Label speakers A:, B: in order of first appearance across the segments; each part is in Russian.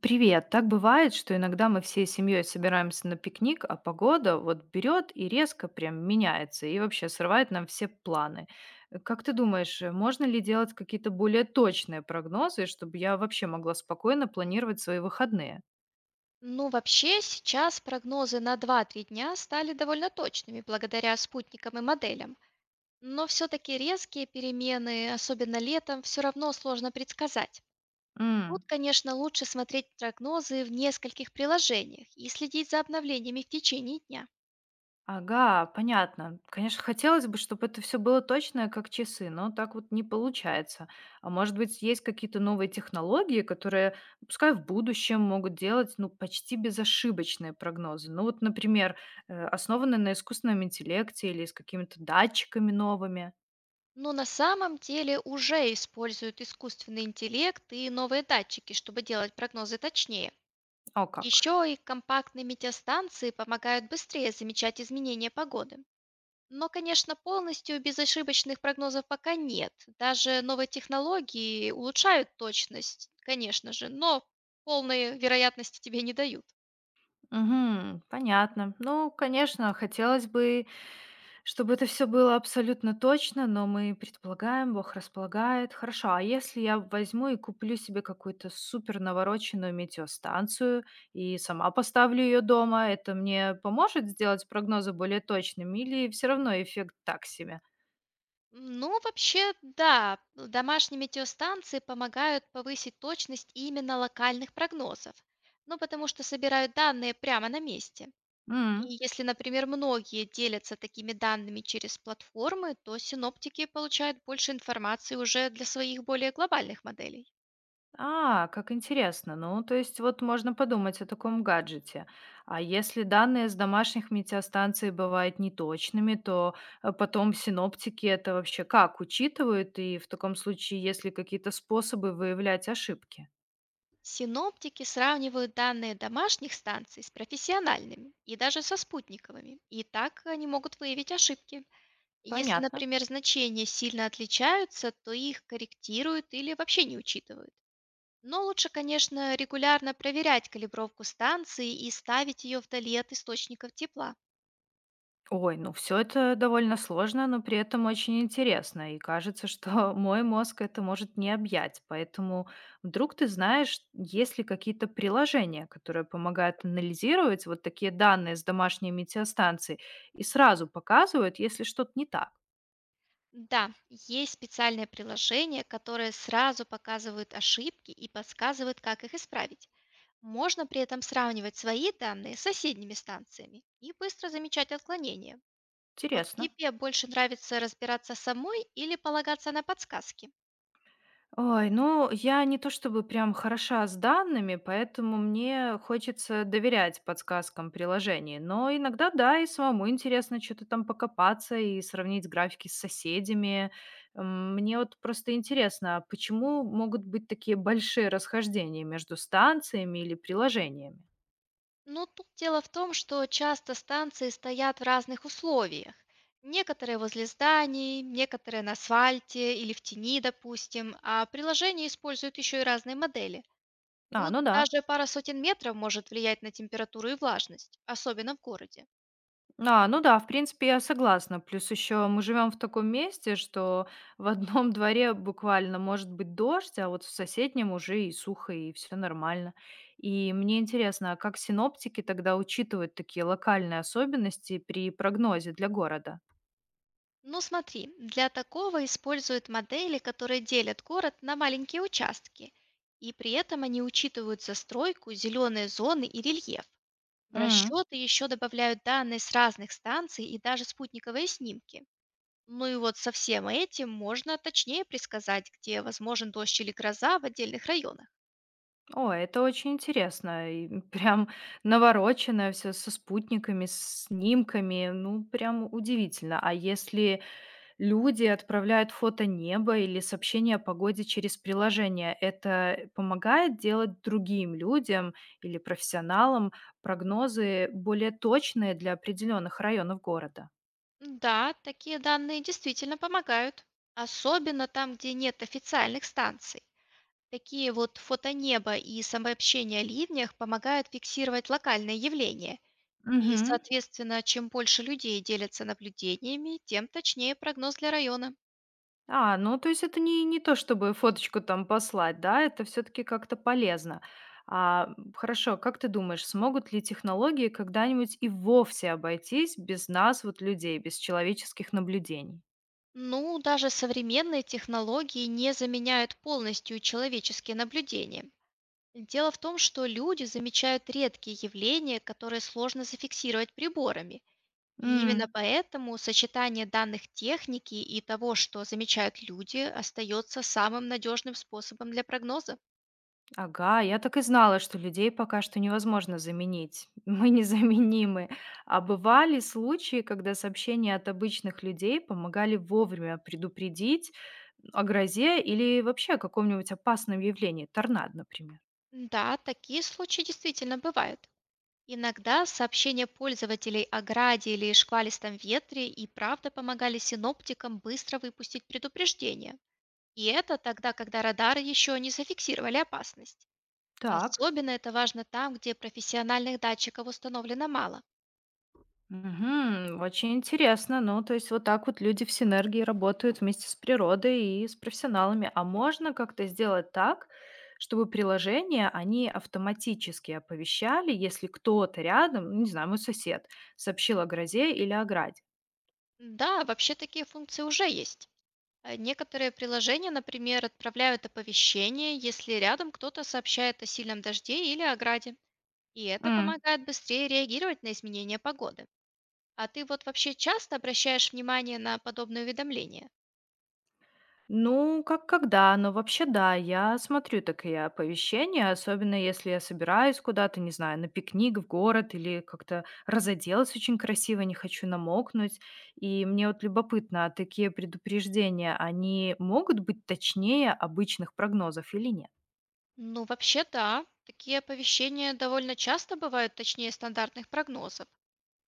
A: Привет. Так бывает, что иногда мы всей семьей собираемся на пикник, а погода вот берет и резко прям меняется, и вообще срывает нам все планы. Как ты думаешь, можно ли делать какие-то более точные прогнозы, чтобы я вообще могла спокойно планировать свои выходные?
B: Ну, вообще, сейчас прогнозы на два-три дня стали довольно точными благодаря спутникам и моделям. Но все-таки резкие перемены, особенно летом, все равно сложно предсказать. Тут, конечно, лучше смотреть прогнозы в нескольких приложениях и следить за обновлениями в течение дня.
A: Ага, понятно. Конечно, хотелось бы, чтобы это все было точное, как часы, но так вот не получается. А может быть, есть какие-то новые технологии, которые, пускай в будущем, могут делать, ну, почти безошибочные прогнозы? Ну вот, например, основанные на искусственном интеллекте или с какими-то датчиками новыми.
B: Но на самом деле уже используют искусственный интеллект и новые датчики, чтобы делать прогнозы точнее.
A: О как.
B: Еще и компактные метеостанции помогают быстрее замечать изменения погоды. Но, конечно, полностью безошибочных прогнозов пока нет. Даже новые технологии улучшают точность, конечно же, но полной вероятности тебе не дают.
A: Угу, понятно. Ну, конечно, хотелось бы, чтобы это все было абсолютно точно, но мы предполагаем, Бог располагает. Хорошо, а если я возьму и куплю себе какую-то супер навороченную метеостанцию и сама поставлю ее дома, это мне поможет сделать прогнозы более точными или все равно эффект так себе?
B: Ну, вообще, да, домашние метеостанции помогают повысить точность именно локальных прогнозов. Ну, потому что собирают данные прямо на месте. И если, например, многие делятся такими данными через платформы, то синоптики получают больше информации уже для своих более глобальных моделей.
A: А, как интересно. Ну, то есть вот можно подумать о таком гаджете. А если данные с домашних метеостанций бывают неточными, то потом синоптики это вообще как учитывают? И в таком случае есть ли какие-то способы выявлять ошибки?
B: Синоптики сравнивают данные домашних станций с профессиональными и даже со спутниковыми, и так они могут выявить ошибки. Если,
A: Понятно.
B: например, значения сильно отличаются, то их корректируют или вообще не учитывают. Но лучше, конечно, регулярно проверять калибровку станции и ставить ее вдали от источников тепла.
A: Ой, ну все это довольно сложно, но при этом очень интересно. И кажется, что мой мозг это может не объять. Поэтому вдруг ты знаешь, есть ли какие-то приложения, которые помогают анализировать вот такие данные с домашней метеостанции и сразу показывают, если что-то не так.
B: Да, есть специальные приложения, которые сразу показывают ошибки и подсказывают, как их исправить. Можно при этом сравнивать свои данные с соседними станциями и быстро замечать отклонения. Вот
A: Интересно.
B: тебе больше нравится разбираться самой или полагаться на подсказки?
A: Ой, ну, я не то чтобы прям хороша с данными, поэтому мне хочется доверять подсказкам приложений. Но иногда, да, и самому интересно что-то там покопаться и сравнить графики с соседями. Мне вот просто интересно, а почему могут быть такие большие расхождения между станциями или приложениями?
B: Ну, тут дело в том, что часто станции стоят в разных условиях. Некоторые возле зданий, некоторые на асфальте или в тени, допустим, а приложение используют еще и разные модели.
A: А,
B: Тут
A: ну да.
B: даже пара сотен метров может влиять на температуру и влажность, особенно в городе.
A: А, ну да, в принципе, я согласна. Плюс еще мы живем в таком месте, что в одном дворе буквально может быть дождь, а вот в соседнем уже и сухо, и все нормально. И мне интересно, а как синоптики тогда учитывают такие локальные особенности при прогнозе для города?
B: Ну смотри, для такого используют модели, которые делят город на маленькие участки, и при этом они учитывают застройку, зеленые зоны и рельеф. В
A: М.
B: расчеты еще добавляют данные с разных станций и даже спутниковые снимки. Ну и вот со всем этим можно точнее предсказать, где возможен дождь или гроза в отдельных районах.
A: О, это очень интересно. И прям навороченное все со спутниками, с снимками. Ну, прям удивительно. А если люди отправляют фото неба или сообщения о погоде через приложение, это помогает делать другим людям или профессионалам прогнозы более точные для определенных районов города.
B: Да, такие данные действительно помогают, особенно там, где нет официальных станций. Такие вот фотонеба и самообщения о ливнях помогают фиксировать локальные явления. И,
A: Мгм.
B: соответственно, чем больше людей делятся наблюдениями, тем точнее прогноз для района.
A: А, ну то есть это не то, чтобы фоточку там послать, да, это все-таки как-то полезно. А, хорошо, как ты думаешь, смогут ли технологии когда-нибудь и вовсе обойтись без нас, вот людей, без человеческих наблюдений?
B: Ну, даже современные технологии не заменяют полностью человеческие наблюдения. Дело в том, что люди замечают редкие явления, которые сложно зафиксировать приборами. И именно поэтому сочетание данных техники и того, что замечают люди, остается самым надежным способом для прогноза.
A: Ага, я так и знала, что людей пока что невозможно заменить. Мы незаменимы. А бывали случаи, когда сообщения от обычных людей помогали вовремя предупредить о грозе или вообще о каком-нибудь опасном явлении, торнадо, например?
B: Да, такие случаи действительно бывают. Иногда сообщения пользователей о граде или шквалистом ветре и правда помогали синоптикам быстро выпустить предупреждение. И это тогда, когда радары еще не зафиксировали опасность.
A: Так.
B: Особенно это важно там, где профессиональных датчиков установлено мало.
A: Мгм. Очень интересно. Ну, то есть вот так вот люди в синергии работают вместе с природой и с профессионалами. А можно как-то сделать так, чтобы приложения, они автоматически оповещали, если кто-то рядом, ну, не знаю, мой сосед, сообщил о грозе или о граде?
B: Да, вообще такие функции уже есть. Некоторые приложения, например, отправляют оповещение, если рядом кто-то сообщает о сильном дожде или ограде. И это
A: М.
B: помогает быстрее реагировать на изменения погоды. А ты вот вообще часто обращаешь внимание на подобные уведомления?
A: Ну, как когда, но вообще да, я смотрю такие оповещения, особенно если я собираюсь куда-то, не знаю, на пикник в город или как-то разоделась очень красиво, не хочу намокнуть. И мне вот любопытно, а такие предупреждения, они могут быть точнее обычных прогнозов или нет?
B: Ну, вообще да. Такие оповещения довольно часто бывают точнее стандартных прогнозов.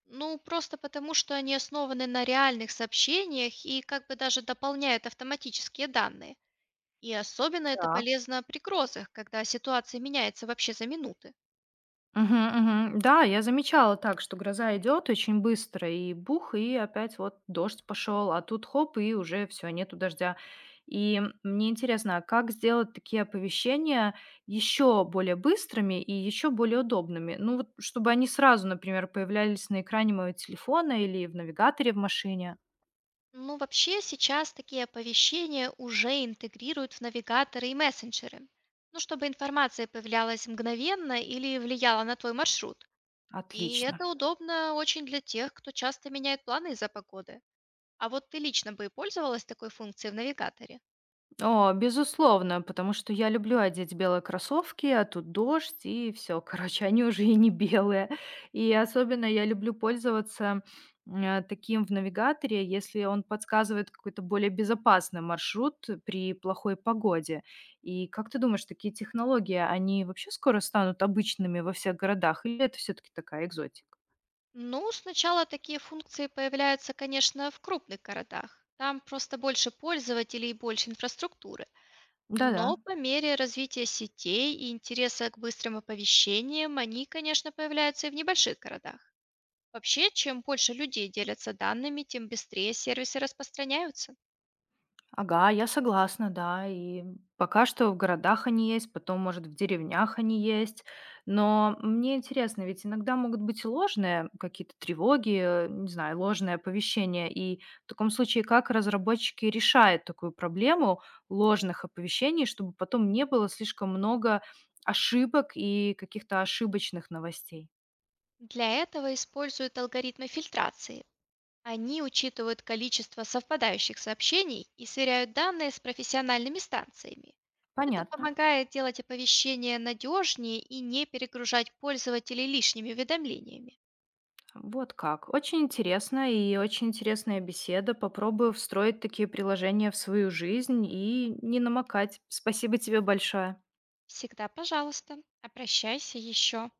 B: Ну, просто потому, что они основаны на реальных сообщениях и как бы даже дополняют автоматические данные. И особенно это
A: Так.
B: полезно при грозах, когда ситуация меняется вообще за минуты.
A: Мгм, мгм. Да, я замечала так, что гроза идет очень быстро, и бух, и опять вот дождь пошел, а тут хоп, и уже все, нету дождя. И мне интересно, а как сделать такие оповещения еще более быстрыми и еще более удобными? Ну вот, чтобы они сразу, например, появлялись на экране моего телефона или в навигаторе в машине.
B: Ну, вообще сейчас такие оповещения уже интегрируют в навигаторы и мессенджеры. Ну, чтобы информация появлялась мгновенно или влияла на твой маршрут. И
A: Отлично.
B: это удобно очень для тех, кто часто меняет планы из-за погоды. А вот ты лично бы пользовалась такой функцией в навигаторе?
A: О, безусловно, потому что я люблю одеть белые кроссовки, а тут дождь, и все, короче, они уже и не белые. И особенно я люблю пользоваться, таким в навигаторе, если он подсказывает какой-то более безопасный маршрут при плохой погоде. И как ты думаешь, такие технологии, они вообще скоро станут обычными во всех городах, или это все таки такая экзотика?
B: Ну, сначала такие функции появляются, конечно, в крупных городах. Там просто больше пользователей и больше инфраструктуры.
A: Да-да.
B: Но по мере развития сетей и интереса к быстрым оповещениям они, конечно, появляются и в небольших городах. Вообще, чем больше людей делятся данными, тем быстрее сервисы распространяются.
A: Ага, я согласна, да. И пока что в городах они есть, потом, может, в деревнях они есть. Но мне интересно, ведь иногда могут быть и ложные какие-то тревоги, не знаю, ложное оповещение. И в таком случае, как разработчики решают такую проблему ложных оповещений, чтобы потом не было слишком много ошибок и каких-то ошибочных новостей?
B: Для этого используют алгоритмы фильтрации. Они учитывают количество совпадающих сообщений и сверяют данные с профессиональными станциями. Это
A: Понятно.
B: помогает делать оповещения надежнее и не перегружать пользователей лишними уведомлениями.
A: Вот как. Очень интересно и очень интересная беседа. Попробую встроить такие приложения в свою жизнь и не намокать. Спасибо тебе большое.
B: Всегда, пожалуйста, обращайся еще.